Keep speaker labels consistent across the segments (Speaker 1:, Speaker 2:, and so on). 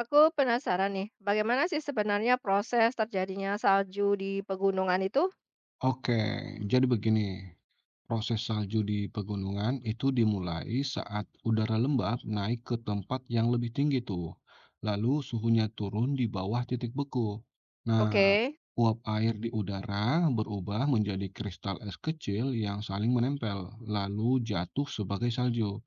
Speaker 1: Aku penasaran nih, bagaimana sih sebenarnya proses terjadinya salju di pegunungan itu?
Speaker 2: Oke, jadi begini, proses salju di pegunungan itu dimulai saat udara lembab naik ke tempat yang lebih tinggi tuh, lalu suhunya turun di bawah titik beku.
Speaker 1: Oke.
Speaker 2: Nah, uap air di udara berubah menjadi kristal es kecil yang saling menempel, lalu jatuh sebagai salju.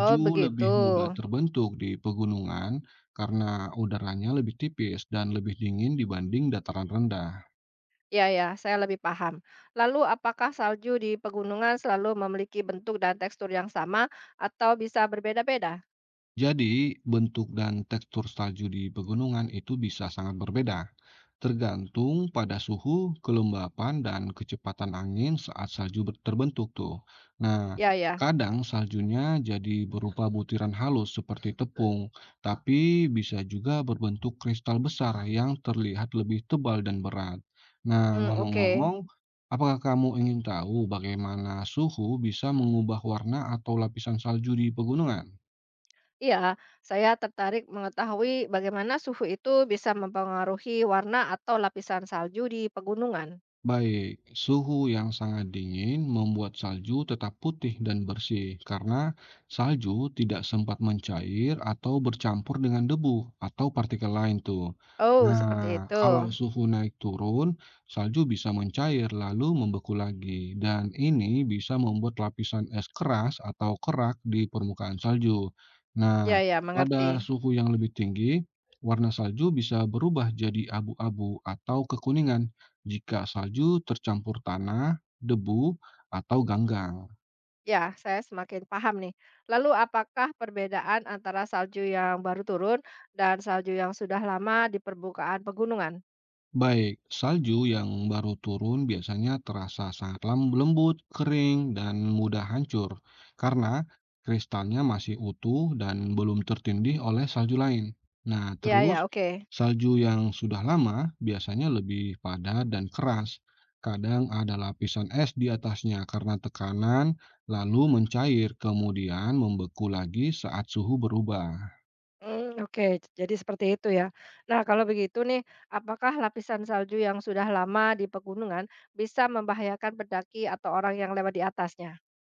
Speaker 1: Oh, begitu.
Speaker 2: lebih mudah terbentuk di pegunungan karena udaranya lebih tipis dan lebih dingin dibanding dataran rendah.
Speaker 1: Ya, ya, saya lebih paham. Lalu, apakah salju di pegunungan selalu memiliki bentuk dan tekstur yang sama atau bisa berbeda-beda?
Speaker 2: Jadi, bentuk dan tekstur salju di pegunungan itu bisa sangat berbeda, tergantung pada suhu, kelembapan, dan kecepatan angin saat terbentuk tuh. Nah,
Speaker 1: Ya, ya.
Speaker 2: kadang saljunya jadi berupa butiran halus seperti tepung, tapi bisa juga berbentuk kristal besar yang terlihat lebih tebal dan berat. Nah,
Speaker 1: Hmm, oke.
Speaker 2: ngomong-ngomong, apakah kamu ingin tahu bagaimana suhu bisa mengubah warna atau lapisan salju di pegunungan?
Speaker 1: Iya, saya tertarik mengetahui bagaimana suhu itu bisa mempengaruhi warna atau lapisan salju di pegunungan.
Speaker 2: Baik, suhu yang sangat dingin membuat salju tetap putih dan bersih karena salju tidak sempat mencair atau bercampur dengan debu atau partikel lain tuh.
Speaker 1: Oh, seperti
Speaker 2: Nah,
Speaker 1: itu.
Speaker 2: kalau suhu naik turun, salju bisa mencair lalu membeku lagi dan ini bisa membuat lapisan es keras atau kerak di permukaan salju. Nah,
Speaker 1: Ya, ya,
Speaker 2: pada
Speaker 1: mengerti.
Speaker 2: suhu yang lebih tinggi, warna salju bisa berubah jadi abu-abu atau kekuningan jika salju tercampur tanah, debu, atau ganggang.
Speaker 1: Ya, saya semakin paham nih. Lalu apakah perbedaan antara salju yang baru turun dan salju yang sudah lama di permukaan pegunungan?
Speaker 2: Baik, salju yang baru turun biasanya terasa sangat lembut, kering, dan mudah hancur karena kristalnya masih utuh dan belum tertindih oleh salju lain. Nah,
Speaker 1: Ya, ya,
Speaker 2: terus
Speaker 1: oke.
Speaker 2: salju yang sudah lama biasanya lebih padat dan keras. Kadang ada lapisan es di atasnya karena tekanan, lalu mencair, kemudian membeku lagi saat suhu berubah.
Speaker 1: Hmm, oke, jadi seperti itu ya. Nah, kalau begitu nih, apakah lapisan salju yang sudah lama di pegunungan bisa membahayakan pendaki atau orang yang lewat di atasnya?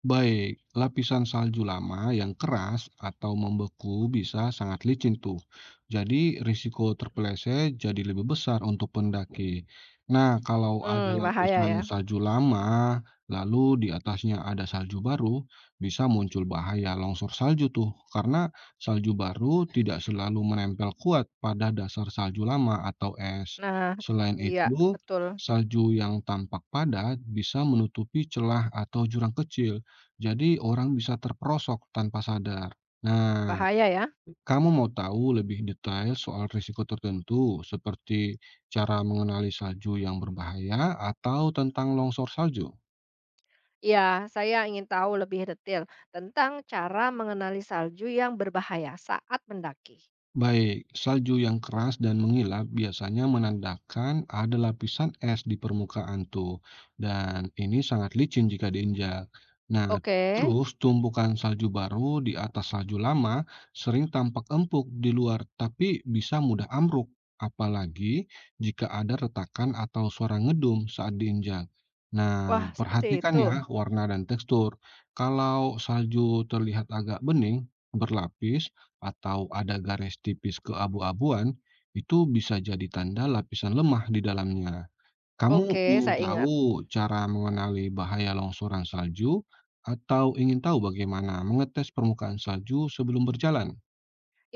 Speaker 2: Baik, lapisan salju lama yang keras atau membeku bisa sangat licin tuh. Jadi risiko terpeleset jadi lebih besar untuk pendaki. Nah, kalau ada
Speaker 1: Hmm, bahaya
Speaker 2: lapisan
Speaker 1: ya.
Speaker 2: salju lama, lalu di atasnya ada salju baru, bisa muncul bahaya longsor salju tuh. Karena salju baru tidak selalu menempel kuat pada dasar salju lama atau es.
Speaker 1: Nah,
Speaker 2: Selain
Speaker 1: iya,
Speaker 2: itu,
Speaker 1: betul.
Speaker 2: salju yang tampak padat bisa menutupi celah atau jurang kecil jadi orang bisa terperosok tanpa sadar. Nah,
Speaker 1: Bahaya ya.
Speaker 2: kamu mau tahu lebih detail soal risiko tertentu, seperti cara mengenali salju yang berbahaya atau tentang longsor salju?
Speaker 1: Ya, saya ingin tahu lebih detail tentang cara mengenali salju yang berbahaya saat mendaki.
Speaker 2: Baik, salju yang keras dan mengilap biasanya menandakan ada lapisan es di permukaan tuh, dan ini sangat licin jika diinjak. Nah,
Speaker 1: Oke.
Speaker 2: terus tumpukan salju baru di atas salju lama sering tampak empuk di luar, tapi bisa mudah amruk, apalagi jika ada retakan atau suara ngedum saat diinjak.
Speaker 1: Wah,
Speaker 2: Nah,
Speaker 1: seperti
Speaker 2: perhatikan
Speaker 1: itu.
Speaker 2: ya warna dan tekstur. Kalau salju terlihat agak bening, berlapis, atau ada garis tipis keabu-abuan, itu bisa jadi tanda lapisan lemah di dalamnya. Kamu
Speaker 1: Oke,
Speaker 2: ingin
Speaker 1: saya ingat.
Speaker 2: tahu cara mengenali bahaya longsoran salju atau ingin tahu bagaimana mengetes permukaan salju sebelum berjalan?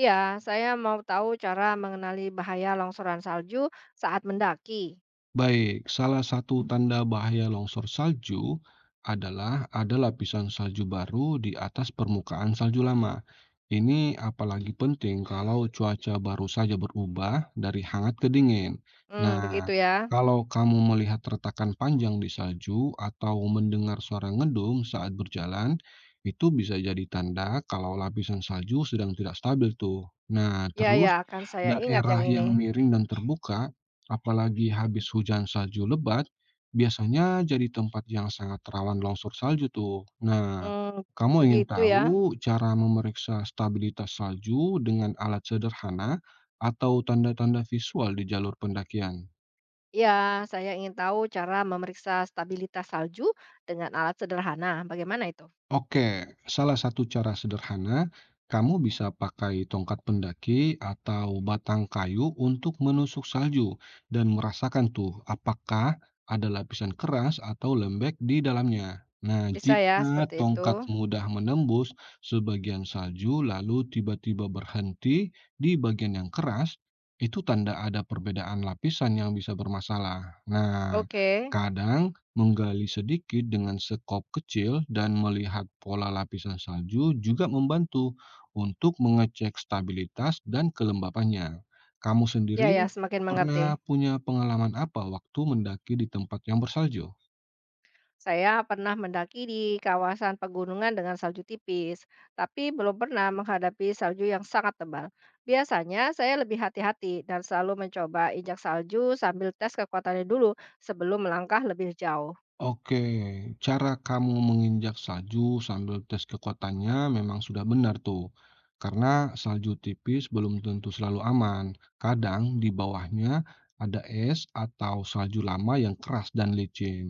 Speaker 1: Ya, saya mau tahu cara mengenali bahaya longsoran salju saat mendaki.
Speaker 2: Baik, salah satu tanda bahaya longsor salju adalah ada lapisan salju baru di atas permukaan salju lama. Ini apalagi penting kalau cuaca baru saja berubah dari hangat ke dingin.
Speaker 1: Hmm,
Speaker 2: Nah,
Speaker 1: begitu ya.
Speaker 2: kalau kamu melihat retakan panjang di salju atau mendengar suara ngedung saat berjalan, itu bisa jadi tanda kalau lapisan salju sedang tidak stabil tuh. Nah,
Speaker 1: Ya, ya,
Speaker 2: terus
Speaker 1: akan saya ingat yang
Speaker 2: daerah
Speaker 1: ini.
Speaker 2: yang miring dan terbuka apalagi habis hujan salju lebat, biasanya jadi tempat yang sangat rawan longsor salju tuh. Nah,
Speaker 1: Hmm,
Speaker 2: kamu ingin
Speaker 1: begitu ya.
Speaker 2: tahu cara memeriksa stabilitas salju dengan alat sederhana atau tanda-tanda visual di jalur pendakian?
Speaker 1: Ya, saya ingin tahu cara memeriksa stabilitas salju dengan alat sederhana. Bagaimana itu?
Speaker 2: Oke, salah satu cara sederhana, kamu bisa pakai tongkat pendaki atau batang kayu untuk menusuk salju dan merasakan tuh apakah ada lapisan keras atau lembek di dalamnya. Nah,
Speaker 1: Bisa ya,
Speaker 2: jika
Speaker 1: seperti itu.
Speaker 2: tongkat mudah menembus sebagian salju lalu tiba-tiba berhenti di bagian yang keras, itu tanda ada perbedaan lapisan yang bisa bermasalah. Nah,
Speaker 1: Oke.
Speaker 2: kadang menggali sedikit dengan skop kecil dan melihat pola lapisan salju juga membantu untuk mengecek stabilitas dan kelembapannya. Kamu
Speaker 1: Ya ya,
Speaker 2: sendiri
Speaker 1: semakin mengerti.
Speaker 2: pernah punya pengalaman apa waktu mendaki di tempat yang bersalju?
Speaker 1: Saya pernah mendaki di kawasan pegunungan dengan salju tipis, tapi belum pernah menghadapi salju yang sangat tebal. Biasanya saya lebih hati-hati dan selalu mencoba injak salju sambil tes kekuatannya dulu sebelum melangkah lebih jauh.
Speaker 2: Oke, cara kamu menginjak salju sambil tes kekuatannya memang sudah benar tuh. Karena salju tipis belum tentu selalu aman. Kadang di bawahnya ada es atau salju lama yang keras dan licin.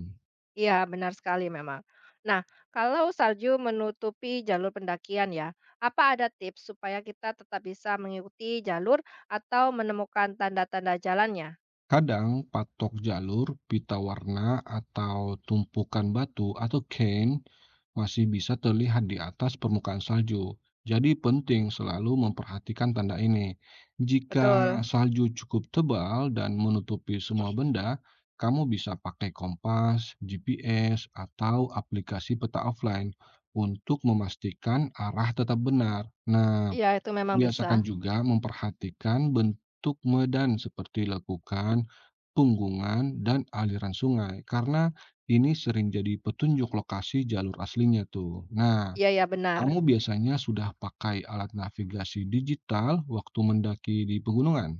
Speaker 1: Iya, benar sekali memang. Nah, kalau salju menutupi jalur pendakian ya, apa ada tips supaya kita tetap bisa mengikuti jalur atau menemukan tanda-tanda jalannya?
Speaker 2: Kadang patok jalur, pita warna, atau tumpukan batu atau cairn masih bisa terlihat di atas permukaan salju. Jadi penting selalu memperhatikan tanda ini. Jika
Speaker 1: Betul.
Speaker 2: salju cukup tebal dan menutupi semua benda, kamu bisa pakai kompas, GPS, atau aplikasi peta offline untuk memastikan arah tetap benar. Nah,
Speaker 1: Iya, itu memang bisa.
Speaker 2: biasakan juga memperhatikan bentuk medan seperti lekukan, punggungan, dan aliran sungai karena ini sering jadi petunjuk lokasi jalur aslinya tuh. Nah,
Speaker 1: Iya iya, benar.
Speaker 2: kamu biasanya sudah pakai alat navigasi digital waktu mendaki di pegunungan?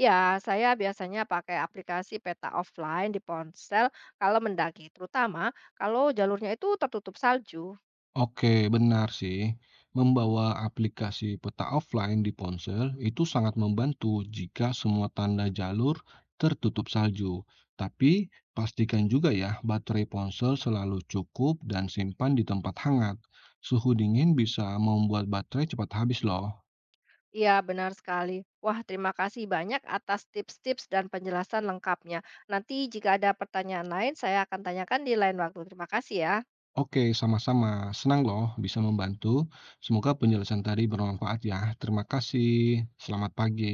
Speaker 1: Iya, saya biasanya pakai aplikasi peta offline di ponsel kalau mendaki, terutama kalau jalurnya itu tertutup salju.
Speaker 2: Oke, benar sih. Membawa aplikasi peta offline di ponsel itu sangat membantu jika semua tanda jalur tertutup salju. Tapi pastikan juga ya baterai ponsel selalu cukup dan simpan di tempat hangat. Suhu dingin bisa membuat baterai cepat habis loh.
Speaker 1: Iya, benar sekali. Wah, terima kasih banyak atas tips-tips dan penjelasan lengkapnya. Nanti jika ada pertanyaan lain, saya akan tanyakan di lain waktu. Terima kasih ya.
Speaker 2: Oke, sama-sama. Senang loh bisa membantu. Semoga penjelasan tadi bermanfaat ya. Terima kasih. Selamat pagi.